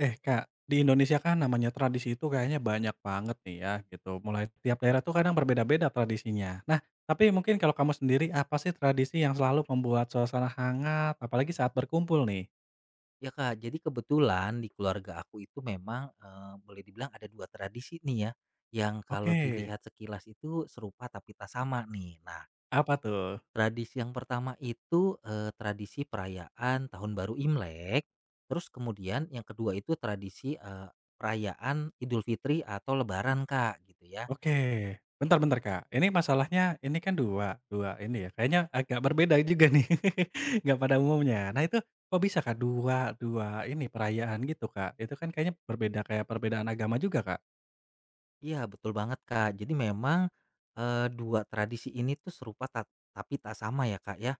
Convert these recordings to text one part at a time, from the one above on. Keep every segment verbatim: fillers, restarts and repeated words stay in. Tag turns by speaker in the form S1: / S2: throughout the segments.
S1: Eh Kak, di Indonesia kan namanya tradisi itu kayaknya banyak banget nih ya gitu. Mulai tiap daerah tuh kadang berbeda-beda tradisinya. Nah, tapi mungkin kalau kamu sendiri apa sih tradisi yang selalu membuat suasana hangat apalagi saat berkumpul nih?
S2: Ya, Kak, jadi kebetulan di keluarga aku itu memang, eee, boleh dibilang ada dua tradisi nih ya, yang kalau
S1: Oke,
S2: dilihat sekilas itu serupa tapi tak sama nih. Nah,
S1: apa tuh?
S2: tradisi yang pertama itu, eee, tradisi perayaan Tahun Baru Imlek, terus kemudian yang kedua itu tradisi, eee, perayaan Idul Fitri atau Lebaran, Kak, gitu ya.
S1: Oke, bentar bentar Kak. Ini masalahnya ini kan dua dua ini ya. Kayaknya agak berbeda juga nih. Nggak pada umumnya. Nah, itu kok bisa Kak dua dua ini perayaan gitu Kak? Itu kan kayaknya berbeda kayak perbedaan agama juga Kak?
S2: Iya, betul banget, Kak. Jadi memang, eee, dua tradisi ini tuh serupa ta tapi tak sama ya, Kak, ya.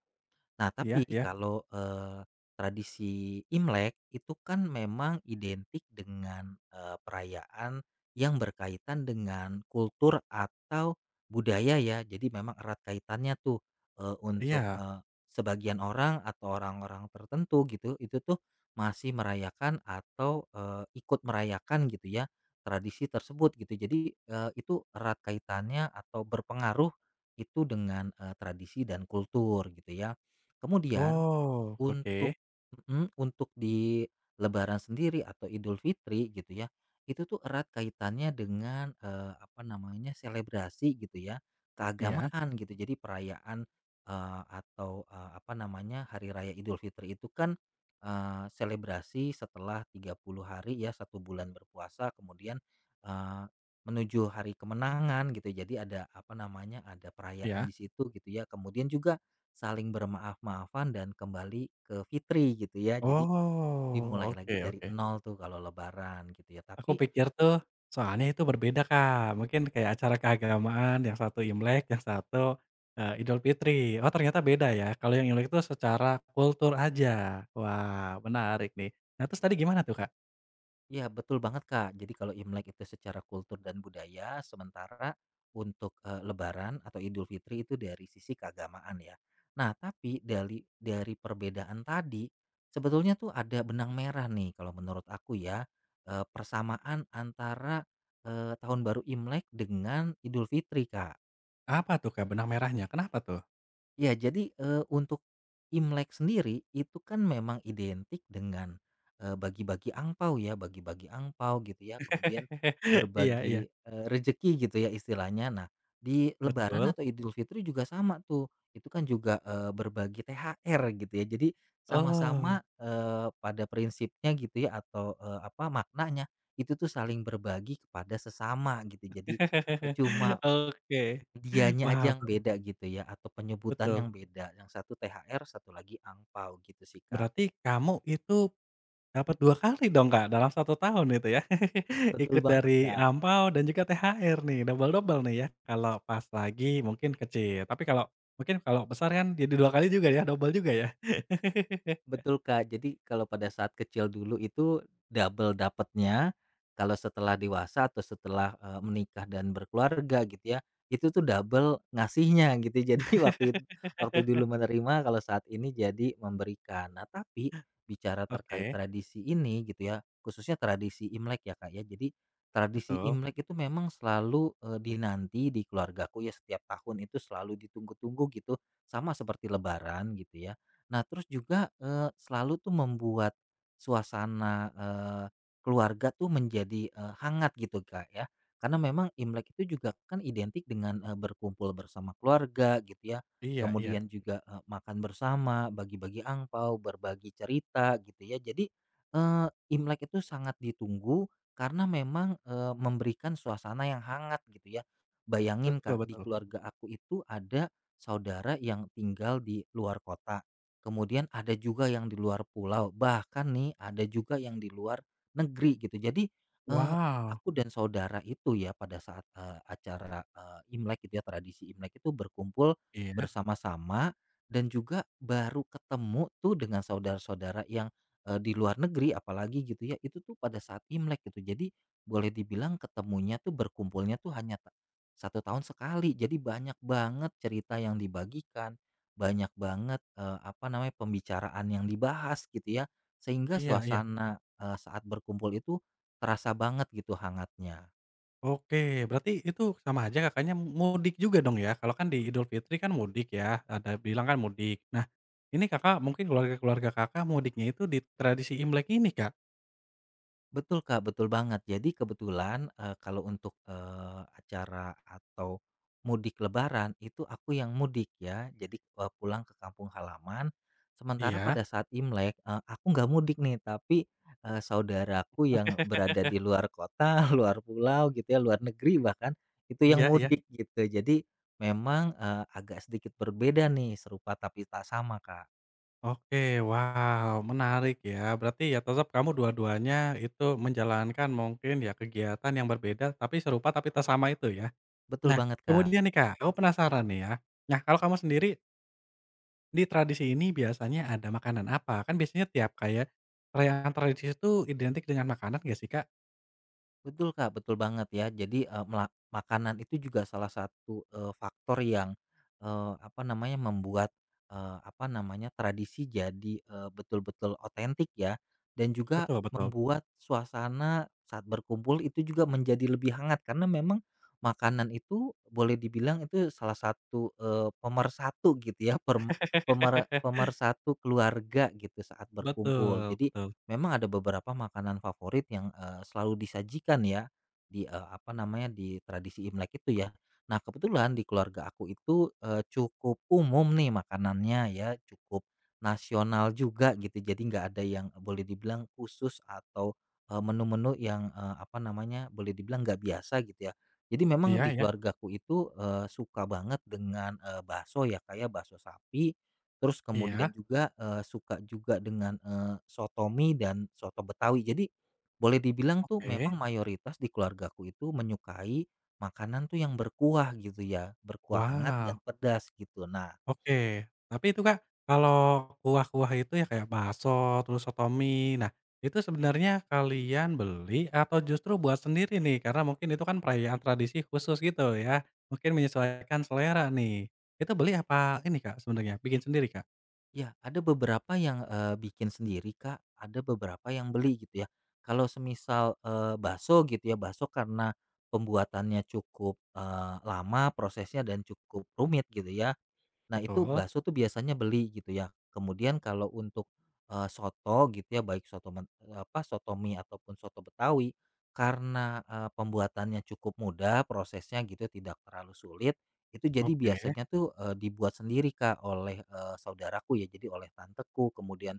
S2: Nah, tapi
S1: Iya, iya.
S2: kalau, eee, tradisi Imlek itu kan memang identik dengan, eee, perayaan yang berkaitan dengan kultur atau budaya ya. Jadi memang erat kaitannya tuh, eee, untuk,
S1: Iya.
S2: eee, sebagian orang atau orang-orang tertentu gitu, itu tuh masih merayakan atau, eee, ikut merayakan gitu ya, tradisi tersebut gitu. Jadi, eee, itu erat kaitannya atau berpengaruh itu dengan, eee, tradisi dan kultur gitu ya. Kemudian
S1: Oh,
S2: untuk
S1: oke.
S2: mhm, untuk di lebaran sendiri atau Idul Fitri gitu ya, itu tuh erat kaitannya dengan, eee, apa namanya, selebrasi gitu ya,
S1: Iya,
S2: keagamaan gitu. Jadi perayaan, eee, atau, eee, apa namanya, hari raya Idul Fitri itu kan, eee, selebrasi setelah tiga puluh hari ya, satu bulan berpuasa kemudian, eee, menuju hari kemenangan gitu. Jadi ada apa namanya, ada perayaan
S1: iya.
S2: di situ gitu ya. Kemudian juga saling bermaaf-maafan dan kembali ke fitri gitu ya. Jadi
S1: Oh,
S2: dimulai lagi
S1: oke,
S2: dari
S1: oke.
S2: nol tuh kalau lebaran gitu ya.
S1: Aku
S2: Tapi
S1: pikir tuh soalnya itu berbeda, Kak. Mungkin kayak acara keagamaan yang satu Imlek, yang satu, eee, Idul Fitri. Oh, ternyata beda ya. Kalau yang Imlek itu secara kultur aja. Wah, menarik nih. Nah, terus tadi gimana tuh, Kak?
S2: ya betul banget, Kak. Jadi kalau Imlek itu secara kultur dan budaya sementara untuk eh, lebaran atau Idul Fitri itu dari sisi keagamaan ya. Nah, tapi dari dari perbedaan tadi sebetulnya tuh ada benang merah nih kalau menurut aku ya. Eh, persamaan antara eh, tahun baru Imlek dengan Idul Fitri, Kak.
S1: Apa tuh, Kak, benang merahnya? Kenapa tuh?
S2: Ya jadi, eee, untuk Imlek sendiri itu kan memang identik dengan, eee, bagi-bagi angpau ya, bagi-bagi angpau gitu ya, kemudian
S1: Iya, iya,
S2: berbagi, eee, rejeki gitu ya istilahnya. Nah, di Lebaran
S1: betul.
S2: atau Idul Fitri juga sama tuh, itu kan juga, eee, berbagi T H R gitu ya. Jadi
S1: Oh.
S2: sama-sama, eee, pada prinsipnya gitu ya atau, eee, apa, maknanya itu tuh saling berbagi kepada sesama gitu. Jadi, eee, cuma
S1: Oke.
S2: dianya aja
S1: Wah,
S2: yang beda gitu ya atau penyebutan
S1: betul.
S2: yang beda, yang satu T H R, satu lagi angpau gitu sih, Kak.
S1: Berarti kamu itu dapat dua kali dong, Kak, dalam satu tahun itu ya.
S2: Betul
S1: Ikut
S2: banget,
S1: dari
S2: Kak.
S1: AMPAU dan juga te ha er nih, double-double nih ya. Kalau pas lagi mungkin kecil, tapi kalau mungkin kalau besar kan jadi dua kali juga ya, double juga ya.
S2: Betul, Kak. Jadi kalau pada saat kecil dulu itu double dapatnya, kalau setelah dewasa atau setelah, eee, menikah dan berkeluarga gitu ya, itu tuh double ngasihnya gitu. Jadi waktu it waktu dulu menerima, kalau saat ini jadi memberikan. Nah, tapi bicara terkait
S1: Oke,
S2: tradisi ini gitu ya, khususnya tradisi Imlek ya, Kak, ya. Jadi tradisi
S1: betul.
S2: Imlek itu memang selalu, eee, dinanti di keluargaku ya, setiap tahun itu selalu ditunggu-tunggu gitu, sama seperti lebaran gitu ya. Nah, terus juga, eee, selalu tuh membuat suasana, eee, keluarga tuh menjadi, eee, hangat gitu, Kak, ya. Karena memang Imlek itu juga kan identik dengan, eee, berkumpul bersama keluarga gitu ya,
S1: Iya, iya.
S2: kemudian juga, eee, makan bersama, bagi-bagi angpau, berbagi cerita gitu ya. Jadi, eee, Imlek itu sangat ditunggu karena memang, eee, memberikan suasana yang hangat gitu ya. Bayangin,
S1: Betul,
S2: Kak, di
S1: betul.
S2: keluarga aku itu ada saudara yang tinggal di luar kota. Kemudian ada juga yang di luar pulau, bahkan nih ada juga yang di luar negeri gitu. Jadi, eee,
S1: Wow.
S2: aku dan saudara itu ya pada saat, eee, acara, eee, Imlek gitu ya, tradisi Imlek itu berkumpul
S1: Iya.
S2: bersama-sama dan juga baru ketemu tuh dengan saudara-saudara yang, eee, di luar negeri apalagi gitu ya, itu tuh pada saat Imlek gitu. Jadi boleh dibilang ketemunya tuh berkumpulnya tuh hanya ta satu tahun sekali. Jadi banyak banget cerita yang dibagikan, banyak banget, eee, apa namanya, pembicaraan yang dibahas gitu ya, sehingga
S1: Iya, iya.
S2: suasana, eee, saat berkumpul itu terasa banget gitu hangatnya.
S1: Oke, berarti itu sama aja Kakaknya mudik juga dong ya? Kalau kan di Idul Fitri kan mudik ya, ada bilang kan mudik. Nah, ini Kakak mungkin keluarga-keluarga Kakak mudiknya itu di tradisi Imlek ini, Kak?
S2: Betul, Kak, betul banget. Jadi kebetulan, eee, kalau untuk, eee, acara atau mudik lebaran itu aku yang mudik ya, jadi, eee, pulang ke kampung halaman. Sementara
S1: Iya,
S2: pada saat Imlek, eee, aku nggak mudik nih, tapi, eee, saudaraku yang berada di luar kota, luar pulau gitu ya, luar negeri bahkan, itu yang
S1: iya, iya.
S2: mudik gitu. Jadi memang, eee, agak sedikit berbeda nih, serupa tapi tak sama, Kak.
S1: Oke, wow, menarik ya. Berarti ya tetap kamu dua-duanya itu menjalankan mungkin ya kegiatan yang berbeda tapi serupa tapi tak sama itu ya?
S2: Betul
S1: Nah,
S2: banget, Kak.
S1: kemudian nih Kak, aku penasaran nih ya. Nah, kalau kamu sendiri di tradisi ini biasanya ada makanan apa? Kan biasanya tiap kayak perayaan tradisi itu identik dengan makanan gak sih, Kak?
S2: Betul, Kak, betul banget ya. Jadi, eee, mela makanan itu juga salah satu, eee, faktor yang, eee, apa namanya, membuat, eee, apa namanya, tradisi jadi, eee, betul-betul otentik ya, dan juga
S1: Betul, betul.
S2: membuat suasana saat berkumpul itu juga menjadi lebih hangat karena memang makanan itu boleh dibilang itu salah satu, eee, pemersatu gitu ya, perm pemer pemersatu keluarga gitu saat berkumpul.
S1: Betul,
S2: Jadi,
S1: betul.
S2: memang ada beberapa makanan favorit yang, eee, selalu disajikan ya, di, eee, apa namanya, di tradisi Imlek itu ya. Nah, kebetulan di keluarga aku itu, eee, cukup umum nih makanannya ya, cukup nasional juga gitu. Jadi nggak ada yang boleh dibilang khusus atau, eee, menu-menu yang, eee, apa namanya, boleh dibilang nggak biasa gitu ya. Jadi memang
S1: Iya,
S2: di
S1: iya,
S2: keluargaku itu, eee, suka banget dengan, eee, bakso ya, kayak bakso sapi. Terus
S1: iya.
S2: kemudian juga, eee, suka juga dengan, eee, soto mie dan soto Betawi. Jadi boleh dibilang tuh
S1: Oke.
S2: memang mayoritas di keluargaku itu menyukai makanan tuh yang berkuah gitu ya, berkuah hangat dan
S1: Wow,
S2: pedas gitu. Nah,
S1: oke. Tapi itu, Kak, kalau kuah-kuah itu ya kayak bakso, terus soto mie, nah itu sebenarnya kalian beli atau justru buat sendiri nih? Karena mungkin itu kan perayaan tradisi khusus gitu ya, mungkin menyesuaikan selera nih. Itu beli apa ini, Kak, sebenarnya? Bikin sendiri, Kak?
S2: ya ada beberapa yang, eee, bikin sendiri, Kak, ada beberapa yang beli gitu ya. Kalau semisal, eee, bakso gitu ya, bakso karena pembuatannya cukup, eee, lama prosesnya dan cukup rumit gitu ya. Nah, itu
S1: Betul.
S2: bakso tuh biasanya beli gitu ya. Kemudian kalau untuk, eee, soto gitu ya, baik soto men apa, soto mie ataupun soto Betawi, karena, eee, pembuatannya cukup mudah, prosesnya gitu ya, tidak terlalu sulit, itu jadi
S1: Oke.
S2: biasanya tuh, eee, dibuat sendiri, Kak, oleh, eee, saudaraku ya, jadi oleh tanteku, kemudian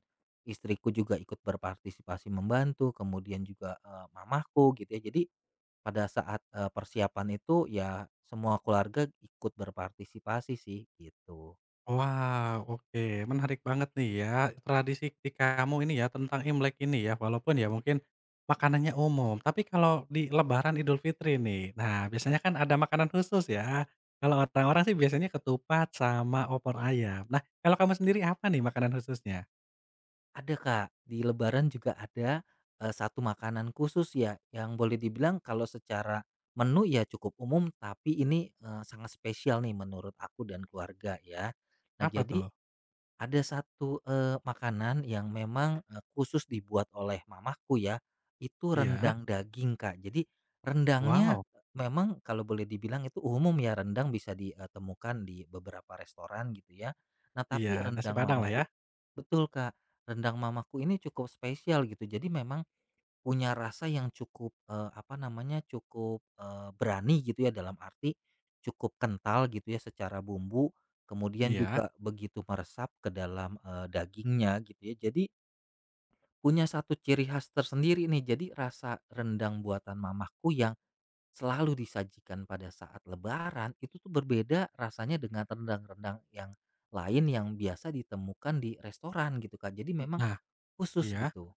S2: istriku juga ikut berpartisipasi membantu, kemudian juga, eee, mamaku gitu ya. Jadi pada saat, eee, persiapan itu ya semua keluarga ikut berpartisipasi sih, gitu.
S1: Wah, oke, menarik banget nih ya, tradisi di kamu ini ya, tentang Imlek ini ya, walaupun ya mungkin makanannya umum, tapi kalau di lebaran Idul Fitri nih, nah biasanya kan ada makanan khusus ya, kalau orang-orang sih biasanya ketupat sama opor ayam. Nah, kalau kamu sendiri apa nih makanan khususnya?
S2: Ada, Kak, di lebaran juga ada, eee, satu makanan khusus ya, yang boleh dibilang kalau secara menu ya cukup umum, tapi ini, eee, sangat spesial nih menurut aku dan keluarga ya. Nah
S1: Apa
S2: jadi,
S1: tuh?
S2: ada satu, eee, makanan yang memang, eee, khusus dibuat oleh mamaku ya, itu
S1: Iya.
S2: rendang daging, Kak. Jadi rendangnya
S1: Wow,
S2: eh, memang kalau boleh dibilang itu umum ya, rendang bisa ditemukan di beberapa restoran gitu ya. Nah,
S1: iya,
S2: tapi
S1: nasi
S2: rendang
S1: padang lah ya?
S2: mamaku betul, Kak, rendang mamaku ini cukup spesial gitu. Jadi memang punya rasa yang cukup, eee, apa namanya, cukup, eee, berani gitu ya dalam arti cukup kental gitu ya secara bumbu, kemudian
S1: Iya,
S2: juga begitu meresap ke dalam, eee, dagingnya gitu ya. Jadi punya satu ciri khas tersendiri nih. Jadi rasa rendang buatan mamahku yang selalu disajikan pada saat lebaran itu tuh berbeda rasanya dengan rendang-rendang yang lain yang biasa ditemukan di restoran gitu, Kak. Jadi
S1: mhm,
S2: memang
S1: nah,
S2: khusus
S1: iya.
S2: gitu.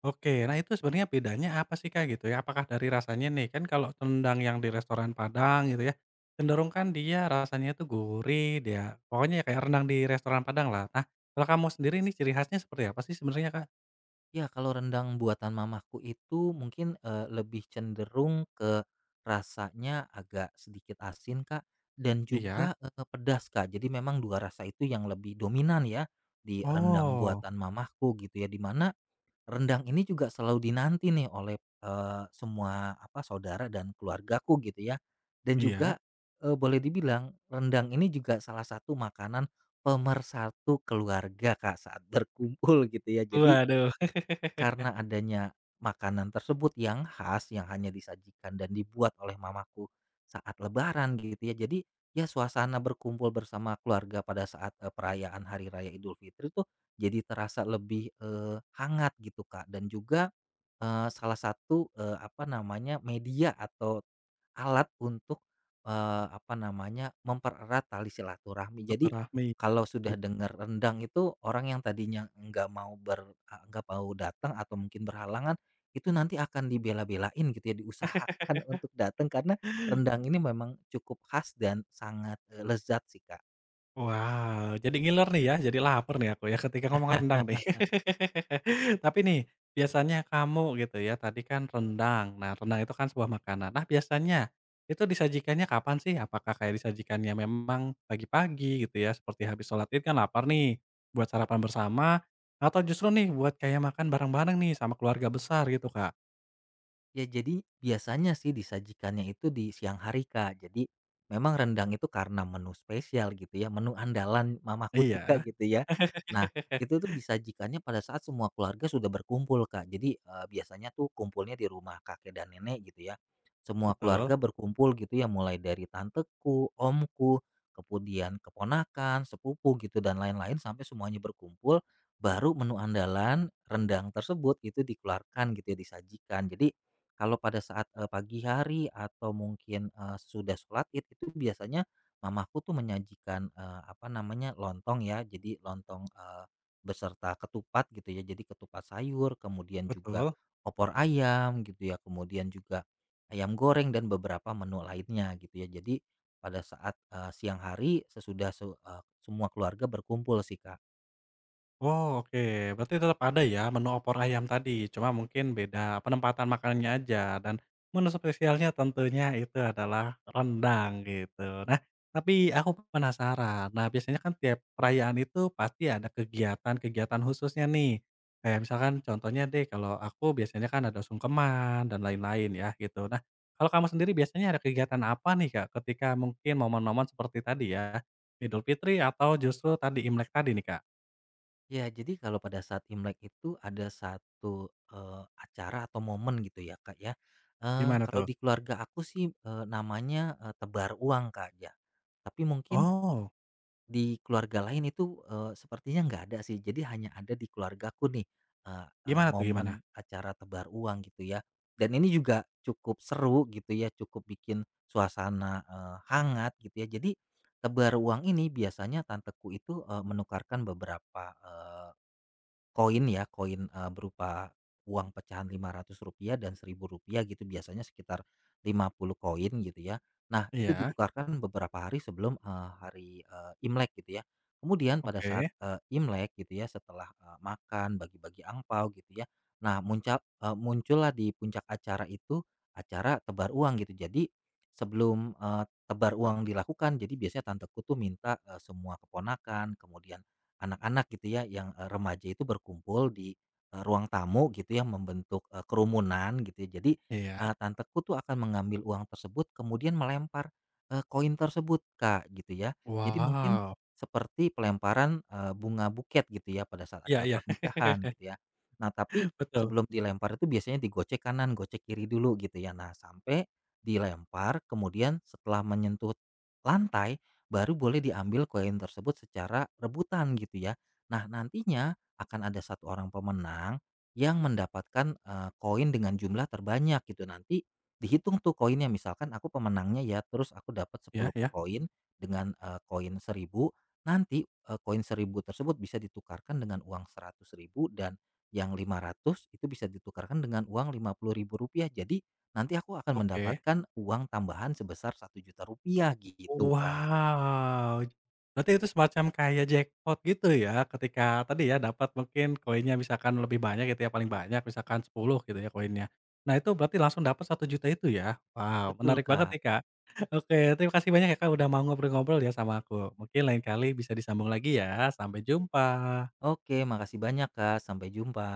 S1: Oke, nah itu sebenarnya bedanya apa sih, Kak, gitu ya? Apakah dari rasanya nih, kan kalau rendang yang di restoran Padang gitu ya, cenderung kan dia rasanya tuh gurih, dia pokoknya ya kayak rendang di restoran Padang lah. Nah, kalau kamu sendiri ini ciri khasnya seperti apa sih sebenarnya, Kak?
S2: Ya, kalau rendang buatan mamaku itu mungkin, eee, lebih cenderung ke rasanya agak sedikit asin, Kak, dan
S1: Iya.
S2: juga, eee, pedas, Kak. Jadi memang dua rasa itu yang lebih dominan ya di rendang
S1: Oh,
S2: buatan mamaku gitu ya, dimana rendang ini juga selalu dinanti nih oleh, eee, semua apa, saudara dan keluargaku gitu ya. Dan
S1: iya.
S2: juga, eee, boleh dibilang rendang ini juga salah satu makanan pemersatu keluarga, Kak, saat berkumpul gitu ya. Jadi
S1: Waduh,
S2: karena adanya makanan tersebut yang khas, yang hanya disajikan dan dibuat oleh mamaku saat lebaran gitu ya. Jadi, ya suasana berkumpul bersama keluarga pada saat, eee, perayaan hari raya Idul Fitri tuh jadi terasa lebih, eee, hangat gitu, Kak. Dan juga, eee, salah satu, eee, apa namanya, media atau alat untuk, eee, apa namanya, mempererat tali silaturahmi. Jadi
S1: silaturahmi.
S2: kalau sudah dengar rendang itu, orang yang tadinya nggak mau ber a nggak mau datang atau mungkin berhalangan, itu nanti akan dibela-belain gitu ya, diusahakan untuk datang karena rendang ini memang cukup khas dan sangat, eee, lezat sih, Kak.
S1: Wow, jadi ngiler nih ya, jadi lapar nih aku ya ketika ngomong rendang nih. Tapi nih, biasanya kamu gitu ya, tadi kan rendang. Nah, rendang itu kan sebuah makanan. Nah, biasanya itu disajikannya kapan sih? Apakah kayak disajikannya memang pagi-pagi gitu ya, seperti habis sholat Id kan lapar nih, buat sarapan bersama atau justru nih buat kayak makan bareng-bareng nih sama keluarga besar gitu, Kak?
S2: Ya jadi biasanya sih disajikannya itu di siang hari, Kak. Jadi memang rendang itu karena menu spesial gitu ya, menu andalan mamaku juga
S1: Iya.
S2: gitu ya. Nah, itu tuh disajikannya pada saat semua keluarga sudah berkumpul, Kak. Jadi eh, biasanya tuh kumpulnya di rumah kakek dan nenek gitu ya. Semua
S1: Betul,
S2: keluarga berkumpul gitu ya, mulai dari tanteku, omku, kemudian keponakan, sepupu gitu dan lain-lain sampai semuanya berkumpul baru menu andalan rendang tersebut itu dikeluarkan gitu ya disajikan. Jadi kalau pada saat, eee, pagi hari atau mungkin, eee, sesudah sholat Id itu biasanya mamaku tuh menyajikan, eee, apa namanya, lontong ya. Jadi lontong, eee, beserta ketupat gitu ya. Jadi ketupat sayur, kemudian juga
S1: betul.
S2: opor ayam gitu ya, kemudian juga ayam goreng dan beberapa menu lainnya gitu ya. Jadi pada saat, eee, siang hari sesudah se eee, semua keluarga berkumpul sih, Kak.
S1: Oh, oke. Berarti tetap ada ya menu opor ayam tadi, cuma mungkin beda penempatan makanannya aja dan menu spesialnya tentunya itu adalah rendang gitu. Nah, tapi aku penasaran. Nah, biasanya kan tiap perayaan itu pasti ada kegiatan-kegiatan khususnya nih. Kayak misalkan contohnya deh kalau aku biasanya kan ada sungkeman dan lain-lain ya gitu. Nah, kalau kamu sendiri biasanya ada kegiatan apa nih Kak ketika mungkin momen-momen seperti tadi ya? Idul Fitri atau justru tadi Imlek tadi nih Kak?
S2: Ya, jadi kalau pada saat Imlek itu ada satu, eee, acara atau momen gitu ya, Kak, ya, eee,
S1: Gimana
S2: kalau
S1: tuh?
S2: di keluarga aku sih, eee, namanya, eee, tebar uang, Kak, ya. Tapi mungkin
S1: Oh,
S2: di keluarga lain itu, eee, sepertinya nggak ada sih. Jadi hanya ada di keluargaku nih, eee eee,
S1: gimana tuh gimana?
S2: momen acara tebar uang gitu ya. Dan ini juga cukup seru gitu ya, cukup bikin suasana, eee, hangat gitu ya. Jadi tebar uang ini biasanya tanteku itu, eee, menukarkan beberapa koin ya, koin, eee, berupa uang pecahan rp rupiah dan rp rupiah gitu, biasanya sekitar lima puluh koin gitu ya. Nah, itu
S1: Iya,
S2: ditukarkan beberapa hari sebelum, eee, hari, eee, Imlek gitu ya. Kemudian pada saat,
S1: oke,
S2: eee, Imlek gitu ya, setelah, eee, makan, bagi-bagi angpao gitu ya. Nah, muncul eee, muncullah di puncak acara itu, acara tebar uang gitu. Jadi sebelum, eee, tebar uang dilakukan, jadi biasanya tanteku tuh minta, eee, semua keponakan, kemudian anak-anak gitu ya yang, eee, remaja itu berkumpul di, eee, ruang tamu gitu ya membentuk, eee, kerumunan gitu ya. Jadi,
S1: iya.
S2: eee, tanteku tuh akan mengambil uang tersebut kemudian melempar, eee, koin tersebut, Kak, gitu ya. Jadi mungkin
S1: Wow,
S2: seperti pelemparan, eee, bunga buket gitu ya pada saat
S1: iya,
S2: acara
S1: iya,
S2: pernikahan gitu ya. Nah tapi
S1: betul,
S2: sebelum dilempar itu biasanya digocek kanan, gocek kiri dulu gitu ya. Nah sampai dilempar kemudian setelah menyentuh lantai baru boleh diambil koin tersebut secara rebutan gitu ya. Nah, nantinya akan ada satu orang pemenang yang mendapatkan eh, koin dengan jumlah terbanyak gitu. Nanti dihitung tuh koinnya misalkan aku pemenangnya ya, terus aku dapat
S1: iya,
S2: sepuluh
S1: iya,
S2: koin dengan eh, koin seribu. Nanti eh, koin seribu tersebut bisa ditukarkan dengan uang seratus ribu dan yang lima ratus itu bisa ditukarkan dengan uang lima puluh ribu rupiah. Jadi nanti aku akan
S1: oke.
S2: mendapatkan uang tambahan sebesar satu juta rupiah gitu, Kak.
S1: Wow, berarti itu semacam kayak jackpot gitu ya ketika tadi ya dapat mungkin koinnya misalkan lebih banyak gitu ya, paling banyak misalkan sepuluh gitu ya koinnya. Nah itu berarti langsung dapat satu juta itu ya? Wow,
S2: Betul,
S1: menarik banget
S2: Kak.
S1: nih, Kak. Oke, terima kasih banyak ya, Kak, udah mau ngobrol-ngobrol ya sama aku. Mungkin lain kali bisa disambung lagi ya, sampai jumpa.
S2: Oke, makasih banyak, Kak. Sampai jumpa.